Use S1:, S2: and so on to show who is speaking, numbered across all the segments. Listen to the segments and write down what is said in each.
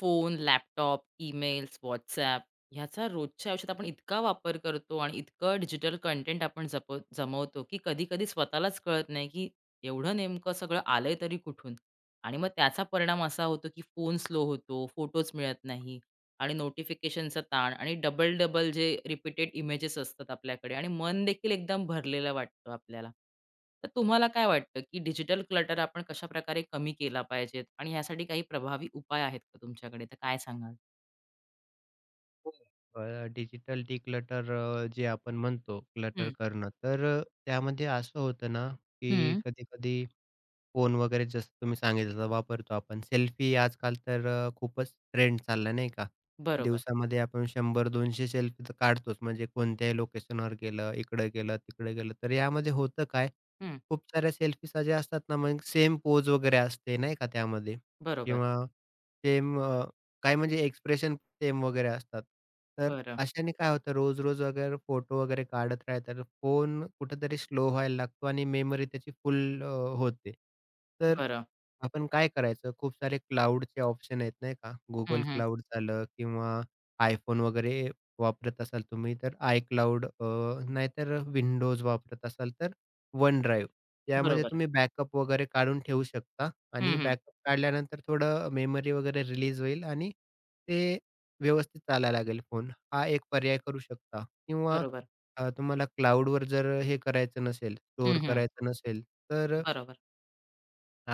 S1: Phone, laptop, emails, WhatsApp ह्याचा रोजच्या आयुष्यात आपण इतका वापर करतो आणि इतकं डिजिटल कंटेंट आपण जप जमवतो, की कधी-कधी स्वतःलाच कळत नाही, की एवढं नेमकं सगळं आलंय तरी कुठून? आणि मग त्याचा परिणाम असा होतो, की फोन स्लो होतो, फोटोज मिळत नाही आणि नोटिफिकेशनचा ताण आणि डबल डबल जे रिपीटेड इमेजेस असतात आपल्याकडे आणि मन देखील एकदम भरलेलं वाटतं आपल्याला. तर तुम्हाला काय वाटतं, की डिजिटल क्लटर आपण कशाप्रकारे कमी केला पाहिजेत आणि ह्यासाठी काही प्रभावी उपाय आहेत का तुमच्याकडे? तर काय सांगाल?
S2: डिजिटल डिक्लटर जे आपण म्हणतो क्लटर
S1: हं.
S2: करणं. तर त्यामध्ये असं होतं ना, की
S1: हं.
S2: कधी-कधी फोन वगैरे जसं तुम्ही सांगितलं तसा वापरतो आपण. सेल्फी आजकाल तर खूपच ट्रेंड चालला नाही का?
S1: बरोबर.
S2: दिवसामध्ये आपण 100-200 सेल्फी तर काढतोच. म्हणजे कोणत्याही लोकेशनवर गेलं, इकडं गेलं, तिकडे गेलं. तर यामध्ये होतं काय?
S1: हं.
S2: खूप साऱ्या सेल्फी ज्या असतात ना, मग सेम पोज वगैरे असते नाही का त्यामध्ये
S1: बरोबर.
S2: किंवा सेम काय म्हणजे एक्सप्रेशन सेम वगैरे असतात. तर
S1: बरं.
S2: अशाने काय होतं रोज-रोज वगैरे फोटो वगैरे काढत राहिलं तर फोन कुठेतरी स्लो व्हायला लागतो आणि मेमरी त्याची फुल होते. तर
S1: बरं.
S2: आपण काय करायचं? खूप सारे क्लाउडचे ऑप्शन आहेत नाही का?
S1: हं,
S2: Google
S1: हं.
S2: क्लाउड झालं किंवा iPhone वगैरे वापरत असाल तुम्ही तर iCloud नाहीतर Windows वापरत असाल तर OneDrive यामध्ये
S1: बरोबर.
S2: तुम्ही बॅकअप वगैरे काढून ठेवू शकता
S1: हं,
S2: आणि
S1: हं.
S2: बॅकअप काढल्यानंतर थोडं मेमरी वगैरे रिलीज होईल आणि ते व्यवस्थित चालायला लागेल फोन, हा एक पर्याय करू शकता किंवा
S1: बरोबर.
S2: तुम्हाला क्लाउडवर जर हे करायचं नसेल,
S1: हं,
S2: स्टोअर
S1: हं.
S2: करायचं नसेल, तर
S1: बरोबर.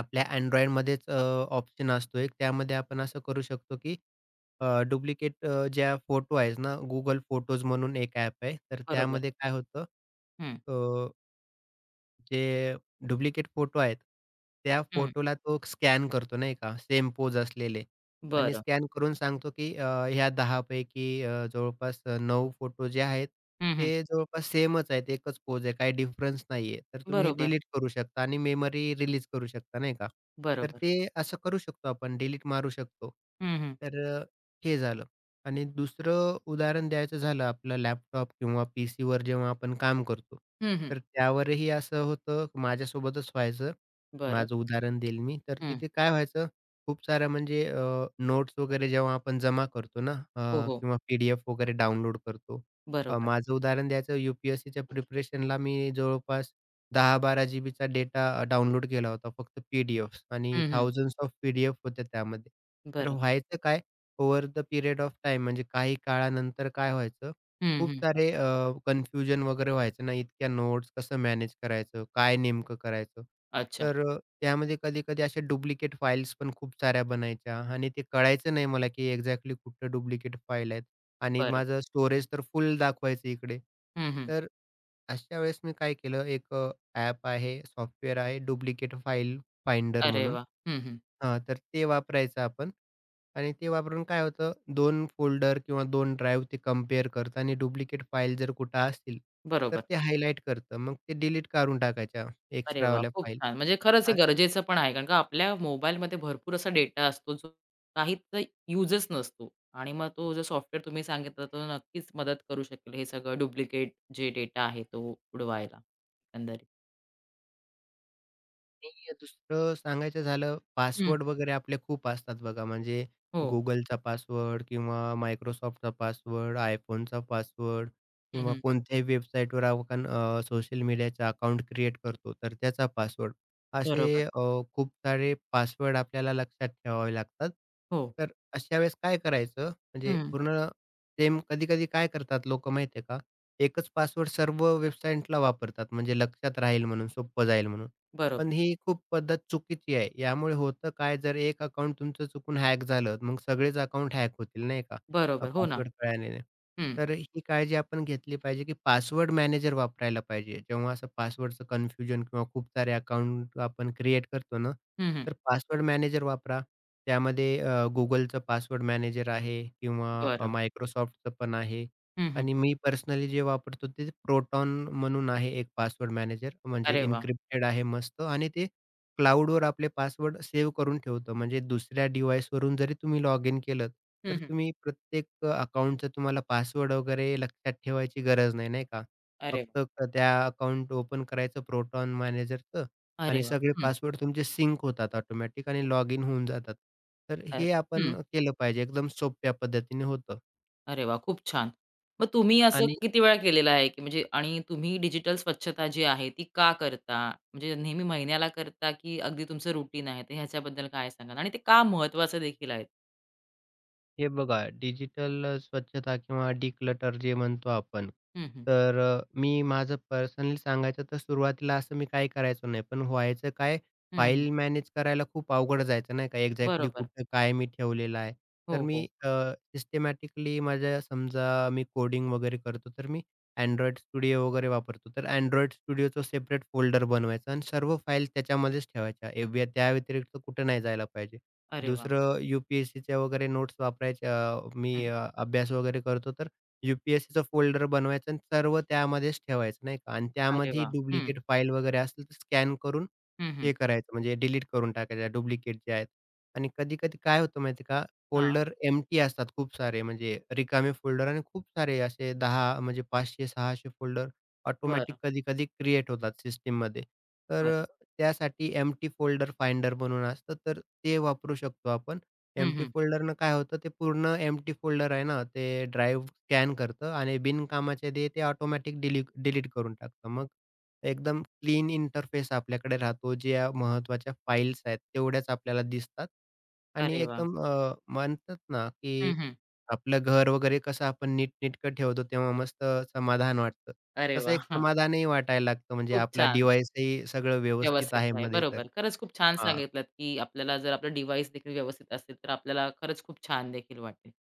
S2: आपल्या Androidमध्येच ऑप्शन असतो एक. त्यामध्ये आपण असं करू शकतो की डुप्लिकेट ज्या फोटो आहेत ना, Google फोटोज म्हणून एक ॲप आहे, तर
S1: बरोबर.
S2: त्यामध्ये काय होतं,
S1: हं.
S2: जे डुप्लिकेट फोटो आहेत, त्या
S1: हं.
S2: फोटोला तो स्कॅन करतो नाही का, सेम पोज असलेले आणि
S1: बरं.
S2: स्कॅन करून सांगतो, की ह्या 10 पैकी जवळपास 9 फोटो जे आहेत,
S1: हं, हं.
S2: ते जवळपास सेमच आहेत. एकच पोज आहे. काही डिफरन्स नाहीये. तर तुम्ही हे
S1: बरोबर.
S2: डिलीट करू शकता आणि मेमरी रिलीज करू शकता नाही का. तर
S1: बरोबर.
S2: ते असं करू शकतो आपण डिलीट मारू शकतो.
S1: हं, हं.
S2: तर हे झालं आणि दुसरं उदाहरण द्यायचं झालं आपलं लॅपटॉप किंवा पीसीवर जेव्हा आपण काम करतो.
S1: हं, हं.
S2: तर त्यावरही असं होतं, माझ्यासोबतच व्हायचं.
S1: बरं.
S2: माझं उदाहरण देईल मी. तर
S1: हं.
S2: तिथे काय व्हायचं, खूप साऱ्या म्हणजे नोट्स वगैरे जेव्हा आपण जमा करतो ना
S1: हो, हो.
S2: किंवा पी वगैरे डाउनलोड करतो.
S1: बरोबर.
S2: माझं उदाहरण द्यायचं यू प्रिपरेशनला मी जवळपास 10-12 जीबीचा डेटा डाउनलोड केला होता फक्त पी आणि
S1: हं, हं.
S2: थाउजंड्स ऑफ पी होत्या त्यामध्ये. तर
S1: बरं.
S2: व्हायचं काय, over the period of time म्हणजे काही काळानंतर काय व्हायचं
S1: हं,
S2: खूप
S1: हं.
S2: सारे कन्फ्युजन वगैरे व्हायचं ना, इतक्या नोट्स कसं मॅनेज करायचं? काय नेमकं करायचं?
S1: अच्छा.
S2: तर त्यामध्ये कधी-कधी अशा डुप्लिकेट फाइल्स पण खूप साऱ्या बनायच्या आणि ते कळायचं नाही मला, की एक्झॅक्टली कुठं डुप्लिकेट फाईल आहेत आणि
S1: बरं.
S2: माझं स्टोरेज तर फुल दाखवायचं इकडे.
S1: हं, हं.
S2: तर अशा वेळेस मी काय केलं, एक ॲप आहे, सॉफ्टवेअर आहे डुप्लिकेट फाईल फाइंडर
S1: अरे
S2: म्हणून.
S1: वाह! हं, हं.
S2: हां, तर ते वापरायचं आपण. आणि ते वापरून काय होतं दोन फोल्डर किंवा दोन ड्राइव्ह ते कंपेअर करतं आणि डुप्लिकेट फाईल जर कुठं असतील, तर
S1: बरोबर.
S2: ते हायलाइट करतं. मग ते डिलीट काढून टाकायच्या
S1: अरे वाह!
S2: एक्स्ट्रावाल्या
S1: खूप
S2: फाईल.
S1: छान. म्हणजे खरंच हे गरजेचं पण आहे. कारण का आपल्या मोबाईलमध्ये भरपूर असा डेटा असतो, जो काहीच युजच नसतो आणि मग तो जो सॉफ्टवेअर तुम्ही सांगितला, तो नक्कीच मदत करू शकेल हे सगळं डुप्लिकेट जे डेटा आहे तो उडवायला एकंदरीत.
S2: आणि दुसरं सांगायचं झालं,
S1: हं.
S2: पासवर्ड वगैरे आपले खूप असतात बघा. म्हणजे
S1: हो.
S2: Googleचा पासवर्ड किंवा Microsoftचा पासवर्ड, iPhoneचा पासवर्ड
S1: हं,
S2: किंवा
S1: हं.
S2: कोणत्याही वेबसाईटवर आपण सोशल मीडियाचा अकाउंट क्रिएट करतो, तर त्याचा पासवर्ड. असे
S1: बरोबर.
S2: खूप सारे पासवर्ड आपल्याला लक्षात ठेवावे लागतात.
S1: हो.
S2: तर अशा वेळेस काय करायचं? म्हणजे
S1: हं.
S2: पूर्ण सेम कधी-कधी काय करतात लोकं माहिती का? एकच पासवर्ड सर्व वेबसाईटला वापरतात, म्हणजे लक्षात राहील म्हणून, सोपं जाईल म्हणून. पण
S1: बरोबर.
S2: ही खूप पद्धत चुकीची आहे. यामुळे होतं काय, जर एक अकाउंट तुमचं चुकून हॅक झालं, मग सगळेच अकाउंट हॅक होतील नाही का,
S1: बरोबर. हो ना.
S2: पासवर्ड कळल्याने.
S1: हं.
S2: तर ही काळजी आपण घेतली पाहिजे, की पासवर्ड मॅनेजर वापरायला पाहिजे. जेव्हा असं पासवर्डचं कन्फ्युजन किंवा खूप सारे अकाउंट आपण क्रिएट करतो ना,
S1: हं, हं.
S2: तर पासवर्ड मॅनेजर वापरा. त्यामध्ये पासवर्ड मॅनेजर आहे किंवा अ,
S1: बरं.
S2: पण आहे.
S1: हं, हं.
S2: आणि मी पर्सनली जे वापरतो ते Proton म्हणून आहे एक पासवर्ड मॅनेजर म्हणजे
S1: अरे वाह!
S2: एन्क्रिप्टेड आहे मस्त आणि ते क्लाउडवर आपले पासवर्ड सेव्ह करून ठेवतं. म्हणजे दुसऱ्या डिव्हाइसवरून जरी तुम्ही लॉग इन केलंत,
S1: हं,
S2: तर
S1: हं.
S2: तुम्ही प्रत्येक तुम्हाला पासवर्ड वगैरे लक्षात ठेवायची गरज नाही, नाही का?
S1: अरे वाह!
S2: फक्त त्या अकाउंट ओपन करायचं Proton मॅनेजरचं
S1: अरे
S2: आणि
S1: वाह!
S2: सगळे
S1: हं.
S2: पासवर्ड तुमचे सिंक होतात ऑटोमॅटिक आणि लॉग इन होऊन जातात. तर
S1: अ,
S2: हे आपण
S1: हं.
S2: केलं पाहिजे. एकदम सोप्या पद्धतीने होतं
S1: अरे वा, खूप छान. मग तुम्ही असं
S2: आणि
S1: किती वेळा केलेलं आहे, की म्हणजे आणि तुम्ही डिजिटल स्वच्छता जी आहे ती का करता? म्हणजे नेहमी महिन्याला करता, की अगदी तुमचं रुटीन आहे? तर ह्याच्याबद्दल काय सांगाल? आणि ते का महत्वाचं देखील आहे?
S2: हे बघा डिजिटल स्वच्छता किंवा डिक्लटर जे म्हणतो आपण.
S1: हं, हं.
S2: तर मी माझं पर्सनली सांगायचं तर सुरुवातीला असं मी काही करायचो नाही. पण व्हायचं काय
S1: हं, हं.
S2: फाईल मॅनेज करायला खूप अवघड जायचं नाही का एक्झॅक्टली
S1: बरोबर.
S2: कुठं काय मी ठेवलेलं आहे. तर
S1: हो, हो.
S2: मी सिस्टमॅटिकली माझ्या समजा मी कोडिंग वगैरे करतो तर मी Android स्टुडिओ वगैरे वापरतो. तर Android स्टुडिओचं सेपरेट फोल्डर बनवायचा आणि सर्व फाईल त्याच्यामध्येच ठेवायच्या. ए व्य त्या व्यतिरिक्त कुठं नाही जायला पाहिजे.
S1: अरे वाह!
S2: दुसरं यू-पी-एस-सीच्या वगैरे नोट्स वापरायच्या मी
S1: हं.
S2: अभ्यास वगैरे करतो तर यू-पी-एस-सीचं फोल्डर बनवायचं आणि सर्व त्यामध्येच ठेवायचं नाही का आणि
S1: अरे
S2: त्यामध्ये
S1: वाह! हं.
S2: डुप्लिकेट फाईल वगैरे असतील तर स्कॅन करून
S1: हं, हं.
S2: हे करायचं म्हणजे डिलीट करून टाकायच्या डुप्लिकेट जे आहेत. आणि कधी-कधी काय होतं माहिती आहे का
S1: हां.
S2: फोल्डर एम्प्टी असतात खूप सारे म्हणजे रिकामे फोल्डर आणि खूप सारे असे 10 म्हणजे 500-600 फोल्डर
S1: बरं,
S2: ऑटोमॅटिक कधी-कधी क्रिएट होतात सिस्टममध्ये. तर
S1: बरं.
S2: त्यासाठी एम्प्टी फोल्डर फाइंडर म्हणून असतं. तर ते वापरू शकतो आपण.
S1: हं,
S2: एम्प्टी
S1: हं.
S2: फोल्डरनं काय होतं ते पूर्ण एम्प्टी फोल्डर आहे ना, ते ड्राईव्ह स्कॅन करतं आणि बिनकामाचे ते ते ऑटोमॅटिक डिलीट डिलीट करून टाकतं. मग एकदम क्लीन इंटरफेस आपल्याकडे राहतो. ज्या महत्त्वाच्या फाईल्स आहेत तेवढ्याच आपल्याला दिसतात आणि
S1: अरे वाह!
S2: एकदम म्हणतात ना, की
S1: हं, हं.
S2: आपलं घर वगैरे कसं आपण नीटनेटकं ठेवतो तेव्हा मस्त समाधान वाटतं.
S1: अरे
S2: तसं
S1: वाह!
S2: एक समाधानही वाटायला लागतं म्हणजे
S1: खूप
S2: आपला
S1: छान.
S2: डिव्हाइसही सगळं व्यवस्थित
S1: व्यवस्थित
S2: आहे
S1: आहे.
S2: मध्ये तर.
S1: बरोबर. खरंच खूप छान
S2: हां,
S1: सांगितलत, की आपल्याला जर आपलं डिव्हाइस देखील व्यवस्थित असेल, तर आपल्याला खरंच खूप छान देखील वाटेल.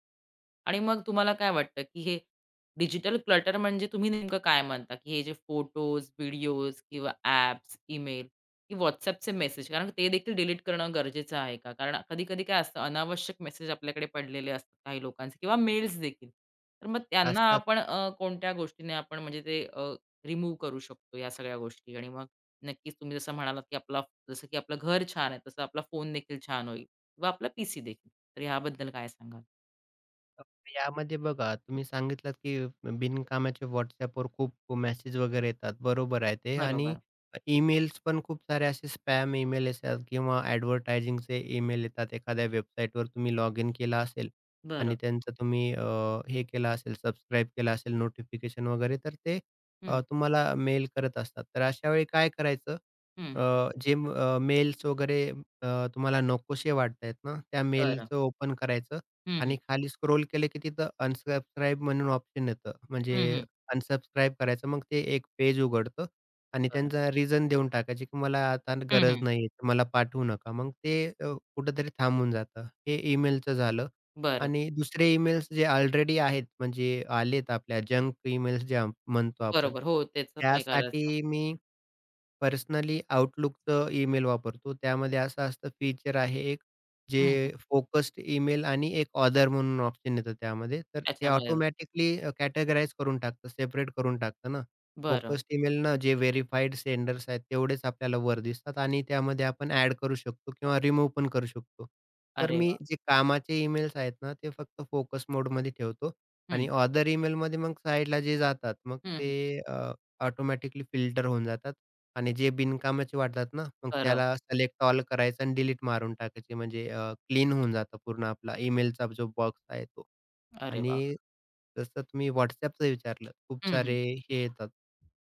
S1: आणि मग तुम्हाला काय वाटतं, की हे डिजिटल क्लटर म्हणजे तुम्ही नेमकं काय मानता, की हे जे फोटोज, व्हिडिओज किंवा ॲप्स, ईमेल की WhatsAppचे मेसेज कारण ते देखील डिलीट करणं गरजेचं आहे का? कारण कधी-कधी काय असतं अनावश्यक मेसेज आपल्याकडे पडलेले असतात काही लोकांचे किंवा मेल्स देखील. तर मग त्यांना
S2: असतात.
S1: आपण कोणत्या गोष्टीने आपण म्हणजे ते रिमूव्ह करू शकतो या सगळ्या गोष्टी आणि मग नक्कीच तुम्ही जसं म्हणालात, की आपला जसं की आपलं घर छान आहे, तसं आपला फोन देखील छान होईल किंवा आपला पीसी देखील. तर याबद्दल काय सांगाल?
S2: अ, यामध्ये बघा तुम्ही सांगितलात, की बिनकामाचे WhatsAppवर खूप मेसेज वगैरे येतात. बरोबर आहे ते आणि
S1: बरोबर.
S2: ईमेल्स पण खूप सारे असे स्पॅम ईमेल येतात किंवा ॲडव्हर्टायझिंगचे ईमेल येतात. एखाद्या वेबसाईटवर तुम्ही लॉग इन केला असेल
S1: बरं.
S2: आणि त्यांचं तुम्ही हे केलं असेल, सबस्क्राईब केलं असेल नोटिफिकेशन वगैरे, तर ते
S1: हं,
S2: तुम्हाला मेल करत असतात. तर अशा वेळी काय करायचं?
S1: हं, हं.
S2: अ, जे मेल्स वगैरे तुम्हाला नकोसे वाटतायत ना, त्या
S1: बरं.
S2: मेलचं ओपन करायचं
S1: हं, हं.
S2: आणि खाली स्क्रोल केलं की तिथं अनसबस्क्राईब म्हणून ऑप्शन येतं. म्हणजे
S1: हं, हं.
S2: अनसबस्क्राईब करायचं. मग ते एक पेज उघडतं आणि
S1: बरं.
S2: त्यांचा रिझन देऊन टाकायची, की मला आता
S1: हं,
S2: गरज
S1: हं.
S2: नाहीये, तर मला पाठवू नका. मग ते कुठेतरी थांबून जातं. हे ईमेलचं झालं
S1: बरं.
S2: आणि दुसरे ईमेल्स जे ऑलरेडी आहेत, म्हणजे आलेत आपल्या जंक ईमेल्स ज्या म्हणतो आपण,
S1: बरोबर. हो, त्याचं काय करायचं?
S2: त्यासाठी मी पर्सनली Outlookचं ईमेल वापरतो. त्यामध्ये असं असतं फीचर आहे एक,
S1: हं, हं.
S2: जे फोकस्ड ईमेल आणि एक ऑथर म्हणून ऑप्शन येतं त्यामध्ये. तर ते
S1: त्याच्यामध्ये
S2: ऑटोमॅटिकली कॅटेगराईज करून टाकतं, सेपरेट करून टाकतं ना.
S1: बरं.
S2: फोकस्ड ईमेलनं जे व्हेरिफाईड सेंडर्स आहेत तेवढेच आपल्याला वर दिसतात आणि त्यामध्ये आपण ॲड करू शकतो किंवा रिमूव्ह पण करू शकतो. तर
S1: अरे
S2: मी
S1: वाह!
S2: जे कामाचे ईमेल्स आहेत ना, ते फक्त फोकस मोडमध्ये ठेवतो
S1: हं,
S2: आणि ऑथर ईमेलमध्ये मग साइडला जे जातात, मग
S1: हं, हं.
S2: ते ऑटोमॅटिकली फिल्टर होऊन जातात आणि जे बिनकामाचे वाटतात ना, मग
S1: बरं.
S2: त्याला सिलेक्ट ऑल करायचं आणि डिलीट मारून टाकायची. म्हणजे क्लीन होऊन जातं पूर्ण आपला ईमेलचा जो बॉक्स आहे तो.
S1: अरे वाह!
S2: आणि जसं तुम्ही WhatsAppचं विचारलं, खूप
S1: हं, हं.
S2: सारे हे येतात.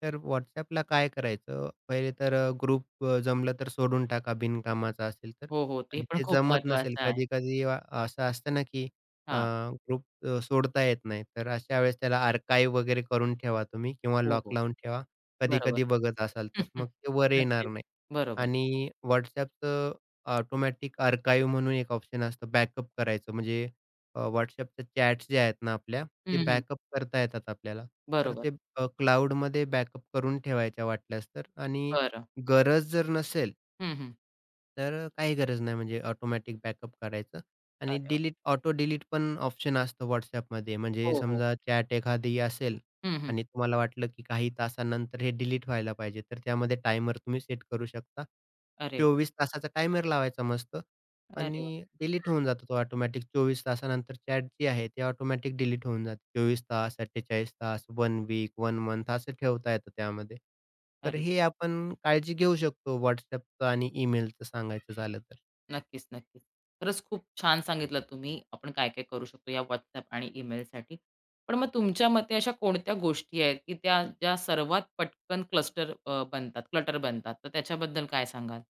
S2: तर WhatsAppला काय करायचं, पहिले तर ग्रुप जमलं तर सोडून टाका बिनकामाचा असेल तर.
S1: हो, हो. ते
S2: आणि
S1: पण
S2: ते
S1: खूप
S2: जमत नसेल
S1: महत्वाचं आहे.
S2: कधी-कधी असं असतं ना, की अ,
S1: हां.
S2: ग्रुप सोडता येत नाही. तर अशा वेळेस त्याला आर्काइव्ह वगैरे करून ठेवा तुम्ही किंवा
S1: हो,
S2: लॉक
S1: हो.
S2: लावून ठेवा.
S1: बरोबर.
S2: कधी-कधी बघत असाल
S1: हं,
S2: तर.
S1: हं.
S2: मग ते वर येणार
S1: नक्कीच.
S2: नाही.
S1: बरोबर.
S2: आणि WhatsAppचं ऑटोमॅटिक आर्काइव्ह म्हणून एक ऑप्शन असतं बॅकअप करायचं. म्हणजे WhatsAppच्या चॅट्स ज्या आहेत ना आपल्या, ते
S1: हं, हं.
S2: बॅकअप करता येतात आपल्याला. तर
S1: बरोबर.
S2: ते क्लाउडमध्ये बॅकअप करून ठेवायच्या वाटल्यास तर. आणि
S1: बरं.
S2: गरज जर नसेल,
S1: हं, हं.
S2: तर काही गरज नाही म्हणजे ऑटोमॅटिक बॅकअप करायचं आणि
S1: अरे वाह!
S2: ऑटो डिलीट पण ऑप्शन असतं WhatsAppमध्ये. म्हणजे
S1: हो, हो.
S2: समजा चॅट एखादी असेल
S1: हं, हं.
S2: आणि तुम्हाला वाटलं की काही तासानंतर हे डिलीट व्हायला पाहिजे, तर त्यामध्ये टायमर तुम्ही सेट करू शकता.
S1: अरे वा,
S2: 24 तासाचा टायमर लावायचा मस्त
S1: अरे वा,
S2: आणि डिलीट
S1: हं.
S2: होऊन जातो तो ऑटोमॅटिक 24 तासानंतर चॅट जी आहे ती ऑटोमॅटिक डिलीट होऊन जाते. 24 तास, 48 तास, 1 वीक, 1 मंथ असं ठेवता येतं त्यामध्ये. तर
S1: अरे,
S2: हे आपण काळजी घेऊ शकतो WhatsAppचं आणि ईमेलचं सांगायचं झालं तर.
S1: नक्कीच, नक्कीच. खरंच खूप छान सांगितलं तुम्ही, आपण काय-काय करू शकतो या WhatsApp आणि ईमेलसाठी. पण मग तुमच्या मते अशा कोणत्या गोष्टी आहेत, की त्या ज्या सर्वात पटकन बनतात, क्लटर बनतात, तर त्याच्याबद्दल काय सांगाल?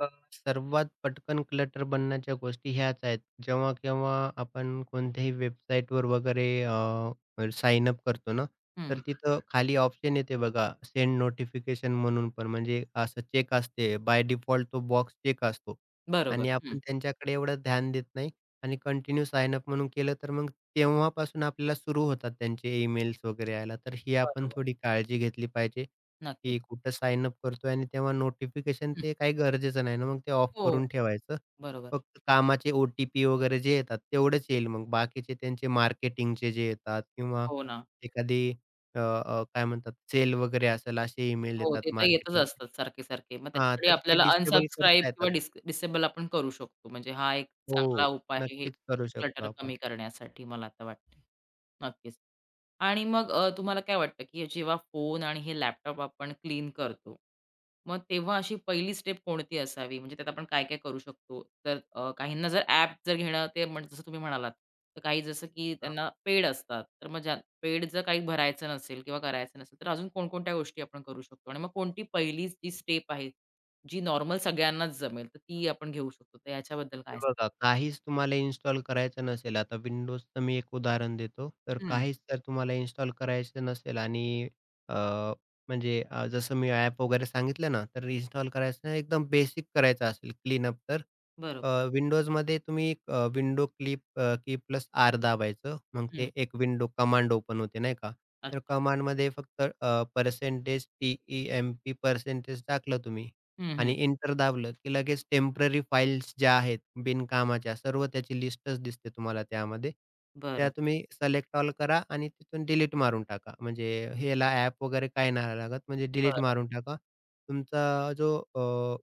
S2: अ, सर्वात पटकन क्लटर बनण्याच्या गोष्टी ह्याच आहेत. जेव्हा-केव्हा आपण कोणत्याही वेबसाईटवर वगैरे साइन अप करतो ना, तर
S1: हं,
S2: हं. तिथं खाली ऑप्शन येते बघा, सेंड नोटिफिकेशन म्हणून पण म्हणजे असं चेक असते. बाय डिफॉल्ट तो बॉक्स चेक असतो
S1: बरोबर.
S2: आणि
S1: हं,
S2: आपण त्यांच्याकडे एवढं ध्यान देत नाही आणि कंटिन्यू साइन अप म्हणून केलं तर मग तेव्हापासून आपल्याला सुरू होतात त्यांचे ईमेल्स वगैरे यायला. तर ही आपण
S1: बरोबर.
S2: थोडी काळजी घेतली पाहिजे.
S1: नक्कीच.
S2: की कुठं साइन अप करतोय आणि तेव्हा नोटिफिकेशन
S1: हं.
S2: ते काही गरजेचं नाही ना, मग ते ऑफ
S1: हो,
S2: करून ठेवायचं.
S1: बरोबर.
S2: फक्त कामाचे ओ-टी-पी वगैरे जे येतात तेवढेच येईल मग. बाकीचे त्यांचे मार्केटिंगचे जे येतात किंवा
S1: हो ना.
S2: एखादी अ, अ, काय म्हणतात सेल वगैरे असेल असे ईमेल
S1: हो,
S2: येतात
S1: ते तर येतच
S2: मार्केटिंगचे.
S1: असतात सारखे-सारखे. मग
S2: हां,
S1: त्याच्यासाठी
S2: तर ते
S1: आपल्याला
S2: डिसेबल
S1: अनसबस्क्राईब
S2: करता
S1: किंवा
S2: येतात.
S1: डिसेबल आपण करू शकतो. म्हणजे हा एक
S2: हो,
S1: चांगला उपाय आहे, हे
S2: नक्कीच करू शकतो
S1: क्लटर
S2: आपण.
S1: कमी करण्यासाठी मला आता वाटतं. नक्कीच. आणि मग तुम्हाला काय वाटतं, की जेव्हा फोन आणि हे लॅपटॉप आपण क्लीन करतो, मग तेव्हा अशी पहिली स्टेप कोणती असावी? म्हणजे त्यात आपण काय-काय करू शकतो? तर काहींना जर ॲप जर घेणं ते जसं तुम्ही म्हणालात, तर काही जसं की त्यांना पेड असतात, तर मग ज्या पेड जर काही भरायचं नसेल किंवा करायचं नसेल, तर अजून कोणकोणत्या गोष्टी आपण करू शकतो? आणि मग कोणती पहिली जी स्टेप आहे, जी नॉर्मल सगळ्यांनाच जमेल, तर ती आपण घेऊ शकतो. तर याच्याबद्दल
S2: हे
S1: काय
S2: बघा, काहीच तुम्हाला इन्स्टॉल करायचं नसेल, आता विंडोजचं मी एक उदाहरण देतो. तर
S1: सांगाल? हं,
S2: काहीच जर तुम्हाला इन्स्टॉल करायचं नसेल आणि अ, म्हणजे जसं मी ॲप वगैरे सांगितलं ना, तर इन्स्टॉल करायचं नाही, एकदम बेसिक करायचं असेल क्लीनअप तर
S1: बरोबर.
S2: विंडोजमध्ये तुम्ही window clip key plus R दाबायचं. मग
S1: हं,
S2: ते एक विंडो कमांड ओपन होते नाही का? तर
S1: अच्छा.
S2: कमांडमध्ये फक्त percentage T E M P percentage टाकलं तुम्ही
S1: हं, हं.
S2: आणि एंटर दाबलं की लगेच टेम्पररी फाइल्स ज्या आहेत बिनकामाच्या सर्व त्याची लिस्टच दिसते तुम्हाला त्यामध्ये. त्या
S1: बरं,
S2: तुम्ही सिलेक्ट ऑल करा आणि तिथून डिलीट मारून टाका. म्हणजे ह्याला ॲप वगैरे काही नाही लागत म्हणजे डिलीट
S1: बरं.
S2: मारून टाका. तुमचा जो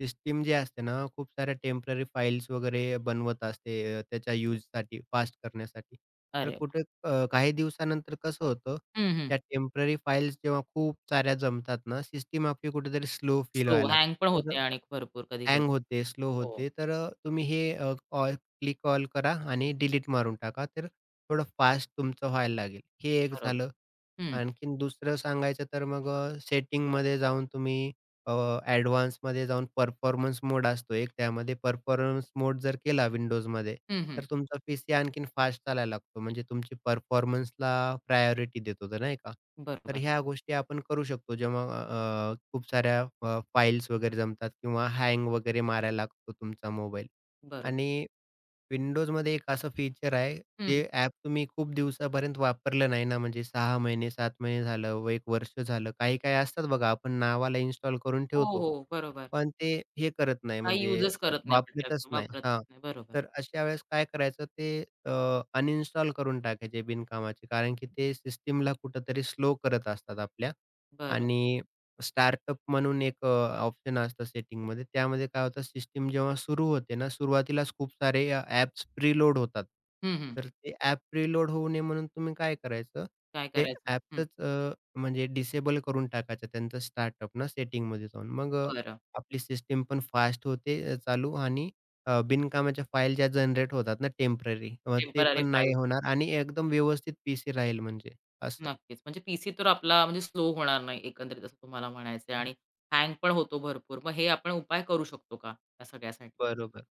S2: सिस्टम जी असते ना, खूप साऱ्या टेम्पररी फाइल्स वगैरे बनवत असते त्याच्या युजसाठी फास्ट करण्यासाठी. तर
S1: अरे वाह!
S2: कुठे काही दिवसानंतर कसं होतं,
S1: हं, हं.
S2: त्या टेम्पररी फाइल्स जेव्हा खूप साऱ्या जमतात ना, सिस्टम आपली कुठेतरी स्लो फील
S1: स्लो
S2: व्हायला
S1: हँग पण
S2: लागते. तर
S1: होते आणि भरपूर कधी-कधी.
S2: हँग होते, स्लो
S1: हो,
S2: होते. तर तुम्ही हे ऑल क्लिक ऑल करा आणि डिलीट मारून टाका. तर थोडं फास्ट तुमचं व्हायला लागेल. हे एक
S1: बरोबर.
S2: झालं.
S1: हं,
S2: आणखीन दुसरं सांगायचं तर मग सेटिंगमध्ये जाऊन तुम्ही अ, ॲडवान्समध्ये जाऊन परफॉर्मन्स मोड असतो एक त्यामध्ये परफॉर्मन्स मोड जर केला विंडोजमध्ये,
S1: हं, हं.
S2: तर तुमचा पीसी आणखीन फास्ट चालायला लागतो. म्हणजे तुमची परफॉर्मन्सला प्रायोरिटी देतो तो नाही का? तर
S1: बरोबर,
S2: ह्या गोष्टी आपण करू शकतो जेव्हा अ, अ, खूप साऱ्या फाइल्स वगैरे जमतात किंवा हँग वगैरे मारायला लागतो तुमचा मोबाईल
S1: बरोबर.
S2: आणि Windowsमध्ये एक असं फीचर आहे,
S1: हं,
S2: जे
S1: हं.
S2: ॲप तुम्ही खूप दिवसापर्यंत वापरलं नाही ना, म्हणजे 6 महिने, 7 महिने झालं, व एक वर्ष झालं. काही-काही असतात बघा, आपण नावाला इन्स्टॉल करून
S1: हो,
S2: ठेवतो.
S1: हो, बरोबर.
S2: पण ते हे करत नाही,
S1: काही
S2: म्हणजे
S1: युजच करत नाही आपण
S2: वापरतच
S1: त्याचं,
S2: नाही.
S1: वापरत
S2: हां,
S1: नाही. बरोबर,
S2: तर अशा वेळेस काय करायचं, ते अनइन्स्टॉल करून टाकायचे बिनकामाचे. कारण की ते सिस्टमला कुठेतरी स्लो करत असतात आपल्या
S1: बरं.
S2: आणि स्टार्टअप म्हणून एक ऑप्शन असतं सेटिंगमध्ये. त्यामध्ये काय होतं सिस्टम जेव्हा सुरू होते ना, सुरुवातीलाच खूप सारे ॲप्स प्रीलोड होतात.
S1: हं, हं.
S2: तर ते ॲप प्रीलोड होऊ नये म्हणून तुम्ही काय करायचं,
S1: काय
S2: ते
S1: करायचं? हं,
S2: ॲपच म्हणजे डिसेबल करून टाकायचं त्यांचं स्टार्टअप ना सेटिंगमध्ये जाऊन. मग
S1: बरं.
S2: आपली सिस्टम पण फास्ट होते चालू आणि बिनकामाच्या फाईल ज्या जनरेट होतात ना टेम्पररी, ते
S1: टेम्पररी
S2: पण नाही होणार आणि एकदम व्यवस्थित पीसी राहील म्हणजे असं.
S1: नक्कीच. म्हणजे पीसी तर आपला म्हणजे स्लो होणार नाही एकंदरीत असं तुम्हाला म्हणायचंय आणि हँग पण होतो भरपूर. मग हे आपण उपाय करू शकतो का या सगळ्यासाठी?
S2: बरोबर.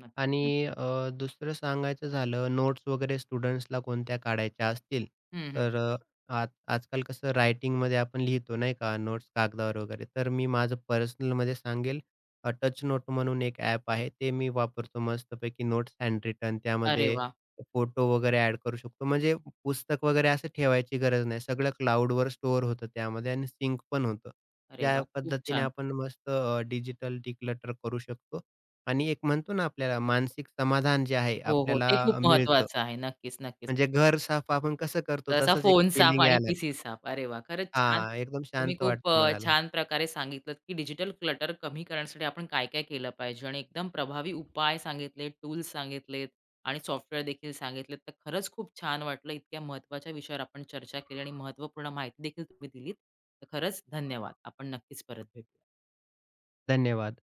S1: नक्कीच,
S2: आणि
S1: नक्कीच.
S2: दुसरं सांगायचं झालं, नोट्स वगैरे स्टुडंट्सला कोणत्या काढायच्या असतील,
S1: हं, हं.
S2: तर आज आजकाल कसं रायटिंगमध्ये आपण लिहितो नाही का, नोट्स कागदावर वगैरे. तर मी माझं पर्सनलमध्ये सांगेल टच नोट म्हणून एक ॲप आहे, ते मी वापरतो मस्तपैकी नोट्स हँड रिटन.
S1: अरे
S2: त्यामध्ये
S1: वा,
S2: फोटो वगैरे ॲड करू शकतो. म्हणजे पुस्तक वगैरे असं ठेवायची गरज नाही. सगळं क्लाउडवर स्टोअर होतं त्यामध्ये आणि सिंक पण होतं.
S1: अरे
S2: या
S1: वा, खूप
S2: पद्धतीने
S1: छान.
S2: आपण मस्त डिजिटल डिक्लटर करू शकतो. आणि एक म्हणतो ना आपल्याला मानसिक समाधान जे आहे
S1: हो, हो.
S2: आपल्याला
S1: ते खूप
S2: मिळतं.
S1: महत्वाचं आहे. नक्कीच, नक्कीच.
S2: म्हणजे घर साफ आपण कसं करतो
S1: तसा
S2: तसंच एक
S1: फोन साफ
S2: फीलिंग
S1: आणि
S2: यायला
S1: पीसी
S2: लागतं.
S1: साफ. अरे वाह! खरंच छान.
S2: हां, एकदम
S1: तुम्ही
S2: शांत
S1: खूप
S2: वाटतं मनाला.
S1: छान प्रकारे सांगितलत, की डिजिटल क्लटर कमी करण्यासाठी आपण काय-काय केलं पाहिजे आणि एकदम प्रभावी उपाय सांगितले, टूल्स सांगितलेत आणि सॉफ्टवेअर देखील सांगितलेत. तर खरंच खूप छान वाटलं. इतक्या महत्त्वाच्या विषयावर आपण चर्चा केली आणि महत्त्वपूर्ण माहिती देखील तुम्ही दिलीत. तर खरंच धन्यवाद. आपण नक्कीच परत भेटू.
S2: धन्यवाद.